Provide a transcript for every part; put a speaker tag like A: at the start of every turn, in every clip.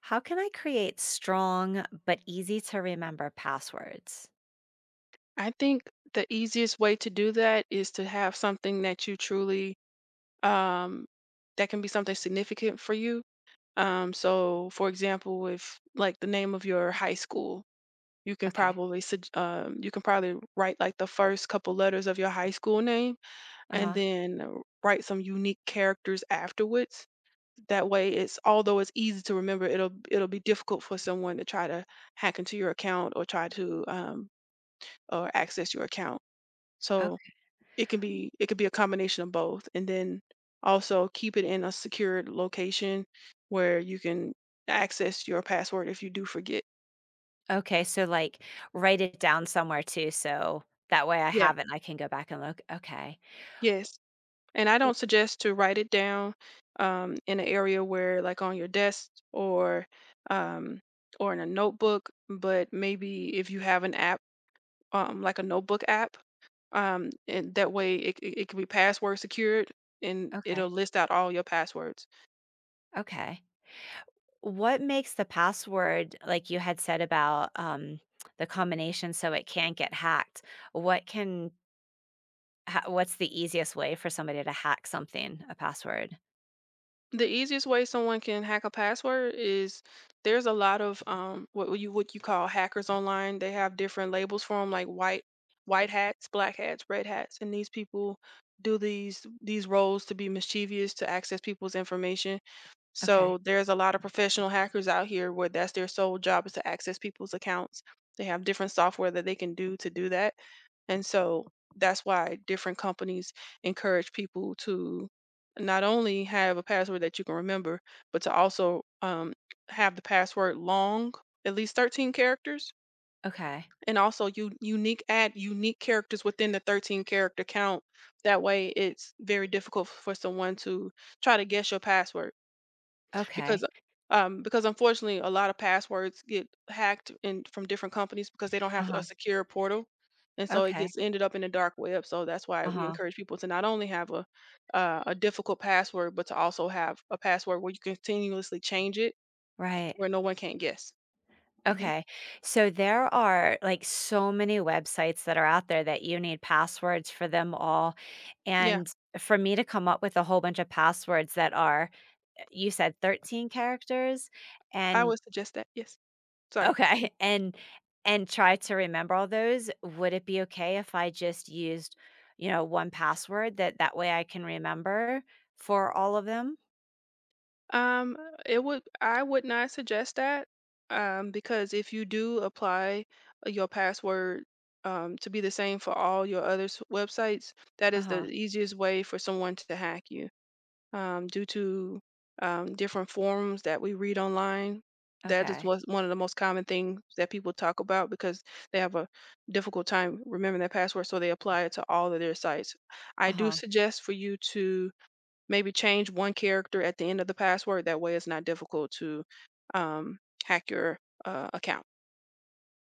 A: How can I create strong but easy to remember passwords?
B: I think the easiest way to do that is to have something that you truly um that can be something significant for you. So for example, if like the name of your high school, you can
A: Okay.
B: probably you can probably write like the first couple letters of your high school name and
A: Uh-huh.
B: then write some unique characters afterwards. That way it's although it's easy to remember, it'll be difficult for someone to try to hack into your account or try to or access your account. So
A: Okay.
B: it could be a combination of both, and then also keep it in a secured location where you can access your password if you do forget.
A: Okay, so like write it down somewhere too so that way I
B: Yeah.
A: have it and I can go back and look. Okay.
B: Yes, and I don't suggest to write it down in an area where, like, on your desk um, or in a notebook. But maybe if you have an app, like a notebook app, and that way it can be password secured, and it'll
A: Okay.
B: list out all your passwords.
A: Okay. What makes the password like you had said about the combination so it can't get hacked? What can what's the easiest way for somebody to hack something, a password?
B: The easiest way someone can hack a password is there's a lot of what you call hackers online. They have different labels for them, like white hats, black hats, red hats, and these people do these roles to be mischievous to access people's information.
A: Okay.
B: So there's a lot of professional hackers out here where that's their sole job is to access people's accounts. They have different software that they can do to do that. And so that's why different companies encourage people to not only have a password that you can remember, but to also have the password long, at least 13 characters,
A: Okay.
B: and also you unique add unique characters within the 13 character count. That way, it's very difficult for someone to try to guess your password because
A: Okay.
B: because unfortunately a lot of passwords get hacked in from different companies because they don't have a
A: Uh-huh.
B: secure portal, and so it
A: Okay.
B: gets ended up in the dark web. So that's why we
A: Uh-huh.
B: encourage people to not only have a difficult password but to also have a password where you continuously change it
A: Right.
B: where no one can't guess. Hmm.
A: Okay. So there are like so many websites that are out there that you need passwords for them all.
B: Yeah,
A: And for me to come up with a whole bunch of passwords that are, you said 13 characters
B: I
A: and
B: would suggest that, yes. Sorry.
A: okay. And try to remember all those. Would it be okay if I just used, one password that way I can remember for all of them?
B: Um, it would, I would not suggest that, because if you do apply your password, to be the same for all your other websites, that
A: Uh
B: is
A: huh.
B: the easiest way for someone to hack you. Due to different forums that we read online, that is
A: Okay.
B: what's one of the most common things that people talk about because they have a difficult time remembering their password, so they apply it to all of their sites. I
A: Uh
B: do
A: huh.
B: suggest for you to maybe change one character at the end of the password. That way, it's not difficult to um, hack your account.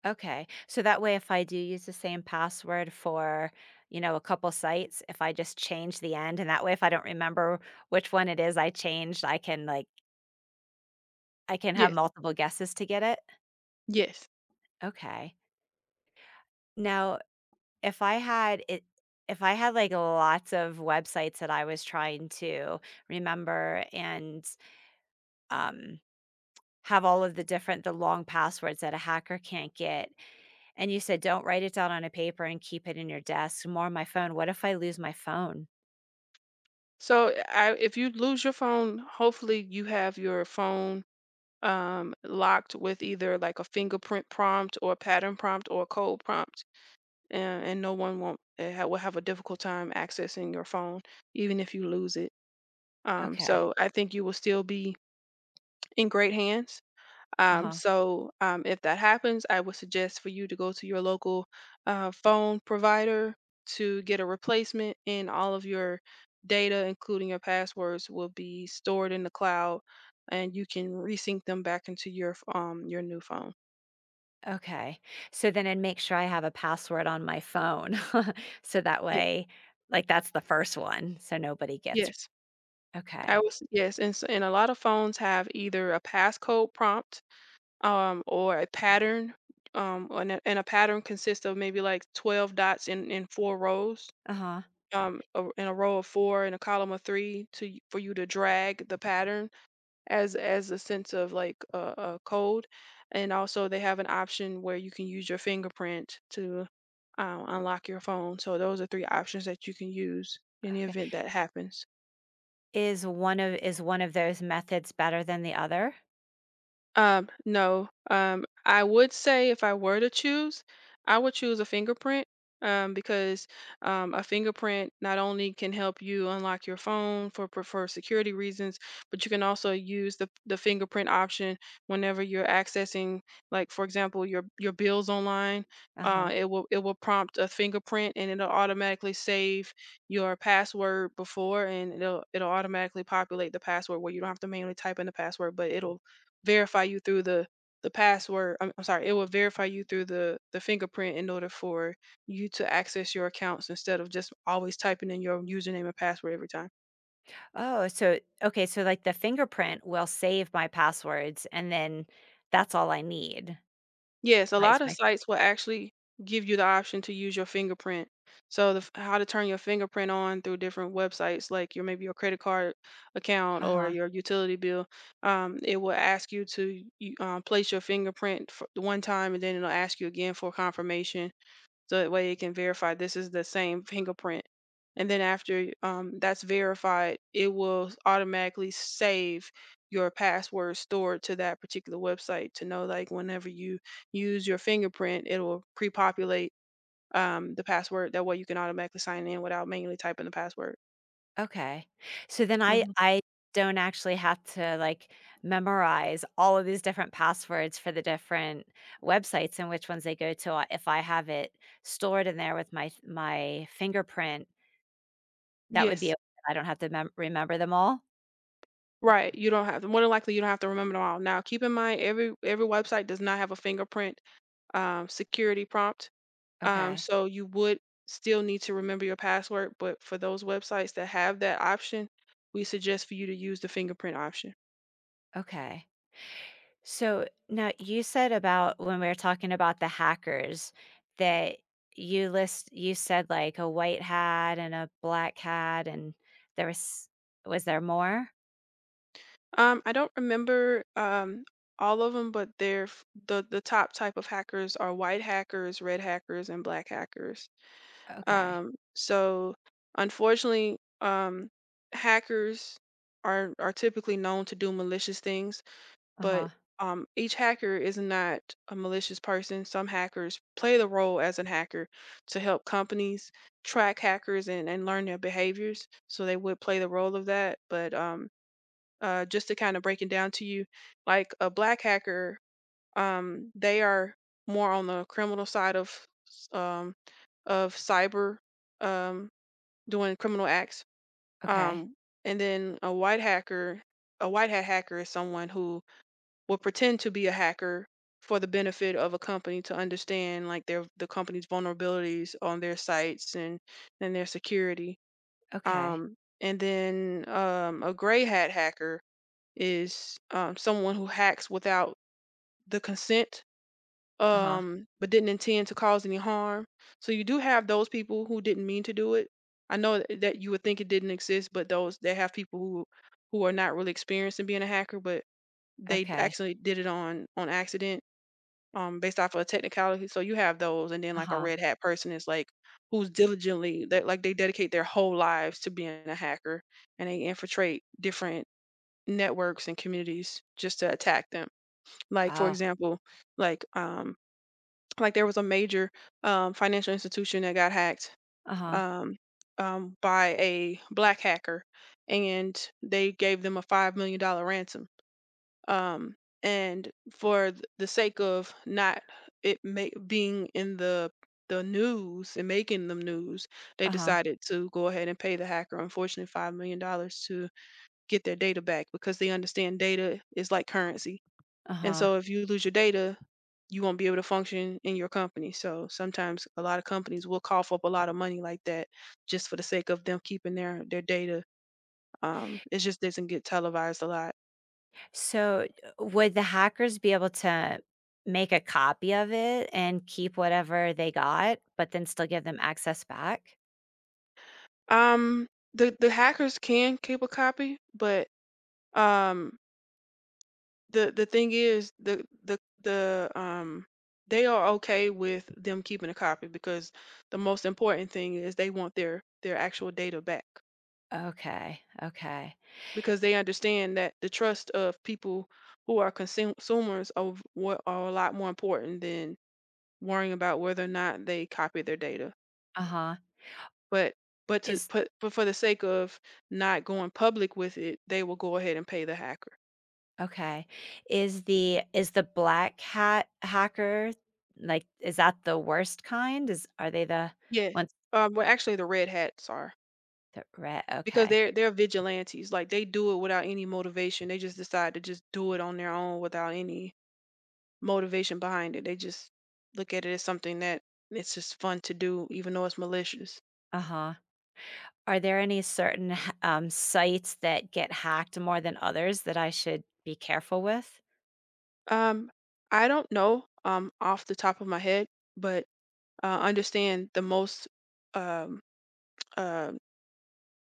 A: Okay. So that way, if I do use the same password for, a couple sites, if I just change the end, and that way, if I don't remember which one it is I changed, I can have
B: Yes,
A: multiple guesses to get it.
B: yes.
A: Okay. Now, if I had it, if I had like lots of websites that I was trying to remember and um, have all of the long passwords that a hacker can't get, and you said don't write it down on a paper and keep it in your desk, more on my phone, what if I lose my phone?
B: So, if you lose your phone, hopefully you have your phone locked with either like a fingerprint prompt or a pattern prompt or a code prompt, and no one won't will have a difficult time accessing your phone, even if you lose it.
A: Okay.
B: So, I think you will still be in great hands.
A: Uh-huh.
B: If that happens, I would suggest for you to go to your local phone provider to get a replacement, and all of your data, including your passwords, will be stored in the cloud, and you can resync them back into your your new phone.
A: Okay. So then I'd make sure I have a password on my phone. So that
B: Ye-
A: way, like that's the first one. So nobody gets.
B: Yes, I
A: Okay.
B: was yes, and s and a lot of phones have either a passcode prompt or a pattern, and a pattern consists of maybe like 12 dots in 4 rows,
A: Uh-huh.
B: in a row of 4 in a column of 3 to for you to drag the pattern as a sense of like a code, and also they have an option where you can use your fingerprint to unlock your phone. So those are 3 options that you can use in the
A: Okay.
B: event that happens.
A: Is one of those methods better than the other?
B: No. I would say if I were to choose, I would choose a fingerprint, because a fingerprint not only can help you unlock your phone for security reasons, but you can also use the fingerprint option whenever you're accessing, like for example, your bills online.
A: Uh-huh.
B: It will prompt a fingerprint and it'll automatically save your password before, and it'll automatically populate the password where you don't have to manually type in the password, but it'll verify you through the password. I'm sorry, it will verify you through the fingerprint in order for you to access your accounts instead of just always typing in your username and password every time.
A: Oh, so okay, so like the fingerprint will save my passwords and then that's all I need.
B: Yes, a
A: Is
B: lot of
A: my.
B: sites will actually give you the option to use your fingerprint. So how to turn your fingerprint on through different websites like your maybe your credit card account or
A: Uh-huh.
B: your utility bill. It will ask you place your fingerprint for 1 time and then it'll ask you again for confirmation so that way it can verify this is the same fingerprint. And then after that's verified, it will automatically save your password stored to that particular website to know like whenever you use your fingerprint, it will pre-populate the password. That way you can automatically sign in without manually typing the password.
A: Okay. So then I
B: Hmm.
A: I don't actually have to, like, memorize all of these different passwords for the different websites and which ones they go to, if I have it stored in there with my fingerprint, that would
B: Yes.
A: be. I don't have to mem remember them all?
B: Right. You don't have to, more than likely you don't have to remember them all. Now keep in mind every website does not have a fingerprint security prompt.
A: Okay,
B: So you would still need to remember your password, but for those websites that have that option, we suggest for you to use the fingerprint option.
A: okay. So, now you said about when we were talking about the hackers that you said, like, a white hat and a black hat, and there was there more?
B: I don't remember all of them, but the top type of hackers are white hackers, red hackers, and black hackers.
A: Okay.
B: So unfortunately, hackers are typically known to do malicious things, but
A: Uh-huh.
B: each hacker is not a malicious person. Some hackers play the role as a hacker to help companies track hackers and learn their behaviors. So they would play the role of that. But just to kind of break it down to you, like a black hacker, they are more on the criminal side of s- um, of cyber, um, doing criminal acts.
A: Okay.
B: Um, and then a white hacker, a white hat hacker is someone who will pretend to be a hacker for the benefit of a company to understand like the company's vulnerabilities on their sites and their security.
A: Okay.
B: Um, and then a gray hat hacker is, someone who hacks without the consent,
A: Uh-huh.
B: but didn't intend to cause any harm, so you do have those people who didn't mean to do it. I know that you would think it didn't exist, but those they have people who are not really experienced in being a hacker but they
A: Okay.
B: actually did it on accident, based off of a technicality. So you have those, and then like a
A: Uh-huh.
B: red hat person is like who's diligently that, like, they dedicate their whole lives to being a hacker, and they infiltrate different networks and communities just to attack them. Like for
A: Oh.
B: example, like um like there was a major financial institution that got hacked,
A: Uh-huh.
B: um, by a black hacker, and they gave them a $5 million ransom, um, and for the sake of not being in the news and making them news, they
A: Uh-huh.
B: decided to go ahead and pay the hacker, unfortunately, $5 million to get their data back because they understand data is like currency, and
A: Uh-huh.
B: so if you lose your data, you won't be able to function in your company. So sometimes a lot of companies will cough up a lot of money like that just for the sake of them keeping their data. It just doesn't get televised a lot.
A: So, would the hackers be able to make a copy of it and keep whatever they got, but then still give them access back?
B: Um, the hackers can keep a copy, but um, the thing is, they are okay with them keeping a copy because the most important thing is they want their actual data back
A: Okay. Okay.
B: because they understand that the trust of people who are consumers of what are a lot more important than worrying about whether or not they copy their data.
A: Uh-huh.
B: But
A: Is.
B: but for the sake of not going public with it, they will go ahead and pay the hacker.
A: Okay. Is the black hat hacker, like, is that the worst kind? Is are they the
B: Yes.
A: ones
B: Well, actually, the red hats are,
A: that red?
B: because
A: Okay.
B: they're vigilantes. Like they do it without any motivation. They just decide to just do it on their own without any motivation behind it. They just look at it as something that it's just fun to do, even though it's malicious.
A: Uh-huh. Are there any certain h sites that get hacked more than others that I should be careful with?
B: Um, I don't know off the top of my head, but understand the most um uh,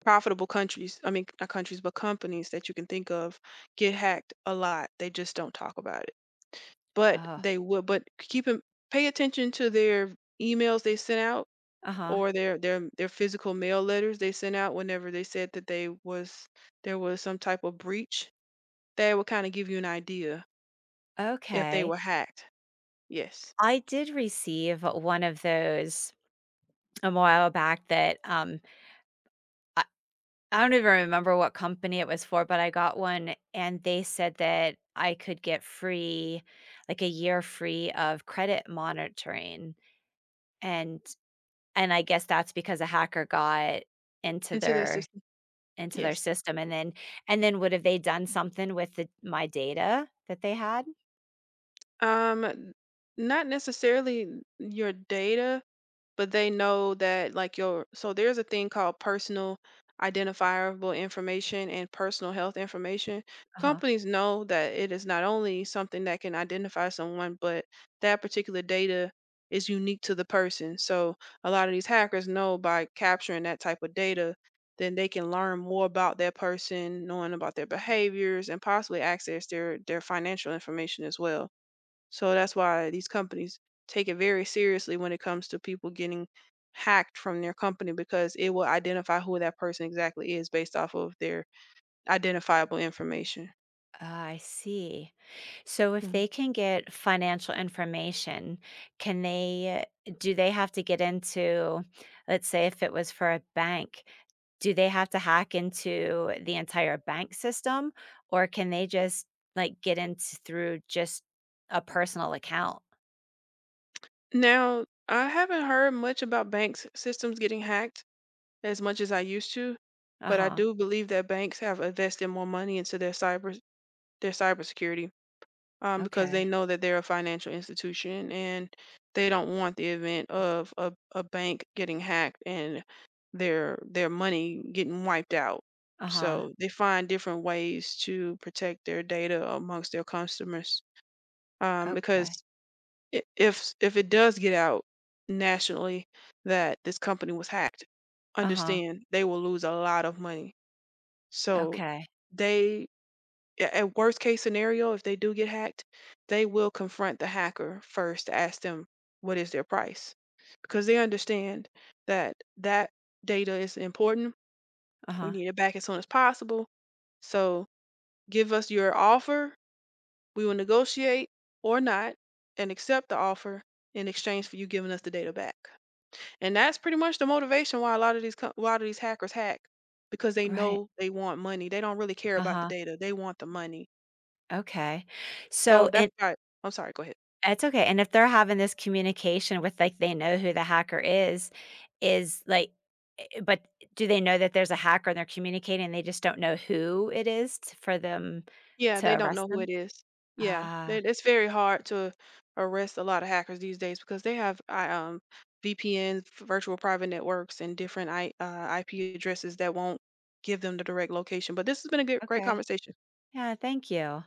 B: profitable countries. I mean, not countries, but companies that you can think of get hacked a lot. They just don't talk about it. But
A: Oh,
B: they would but keep in pay attention to their emails they sent out
A: uh-huh.
B: or their their physical mail letters they sent out whenever they said that they was there was some type of breach. That would kinda give you an idea if they were
A: Okay.
B: hacked. Yes.
A: I did receive one of those a while back that, I I don't even remember what company it was for, but I got one and they said that I could get free like a year free of credit monitoring, and and I guess that's because a hacker got into
B: Into their
A: their
B: system.
A: into their
B: Yes.
A: system, and then would have they done something with the my data that they had?
B: Um, not necessarily your data, but they know that like your so there's a thing called personal identifiable information and personal health information.
A: Uh-huh.
B: Companies know that it is not only something that can identify someone, but that particular data is unique to the person. So a lot of these hackers know by capturing that type of data, then they can learn more about that person, knowing about their behaviors and possibly access their financial information as well. So that's why these companies take it very seriously when it comes to people getting hacked from their company because it will identify who that person exactly is based off of their identifiable information.
A: Ah, I see. So if
B: Mhm.
A: they can get financial information, can they do they have to get into, let's say, if it was for a bank, do they have to hack into the entire bank system, or can they just, like, get in through just a personal account?
B: Now, I haven't heard much about banks' systems getting hacked as much as I used to, but I
A: Uh-huh.
B: do believe that banks have invested more money into their cyber their cybersecurity, because they
A: Okay.
B: know that they're a financial institution and they don't want the event of a bank getting hacked and their money getting wiped out.
A: Uh-huh.
B: So they find different ways to protect their data amongst their customers,
A: Okay.
B: because if it does get out nationally that this company was hacked,
A: Uh-huh.
B: understand they will lose a lot of money. So
A: Okay.
B: they at worst case scenario, if they do get hacked, they will confront the hacker first to ask them what is their price because they understand that that data is important. We
A: Uh-huh.
B: need it back as soon as possible. So give us your offer. We will negotiate or not and accept the offer in exchange for you giving us the data back. And that's pretty much the motivation why a lot of why a lot of these hackers hack because they
A: Right.
B: know they want money. They don't really care about the
A: Uh-huh,
B: data. They want the money.
A: okay.
B: So
A: So,
B: that's
A: and
B: why I'm sorry, go ahead.
A: that's okay, and if they're having this communication with, like, they know who the hacker is, like, but do they know that there's a hacker and they're communicating and they just don't know who it is t for them
B: Yeah, they
A: to
B: don't
A: arrest
B: know who it
A: them?
B: is. Yeah,
A: Ah,
B: that it's very hard to arrest a lot of hackers these days because they have I VPNs, virtual private networks, and different IP addresses that won't give them the direct location. But this has been a good, great
A: okay.
B: conversation.
A: Yeah, thank you.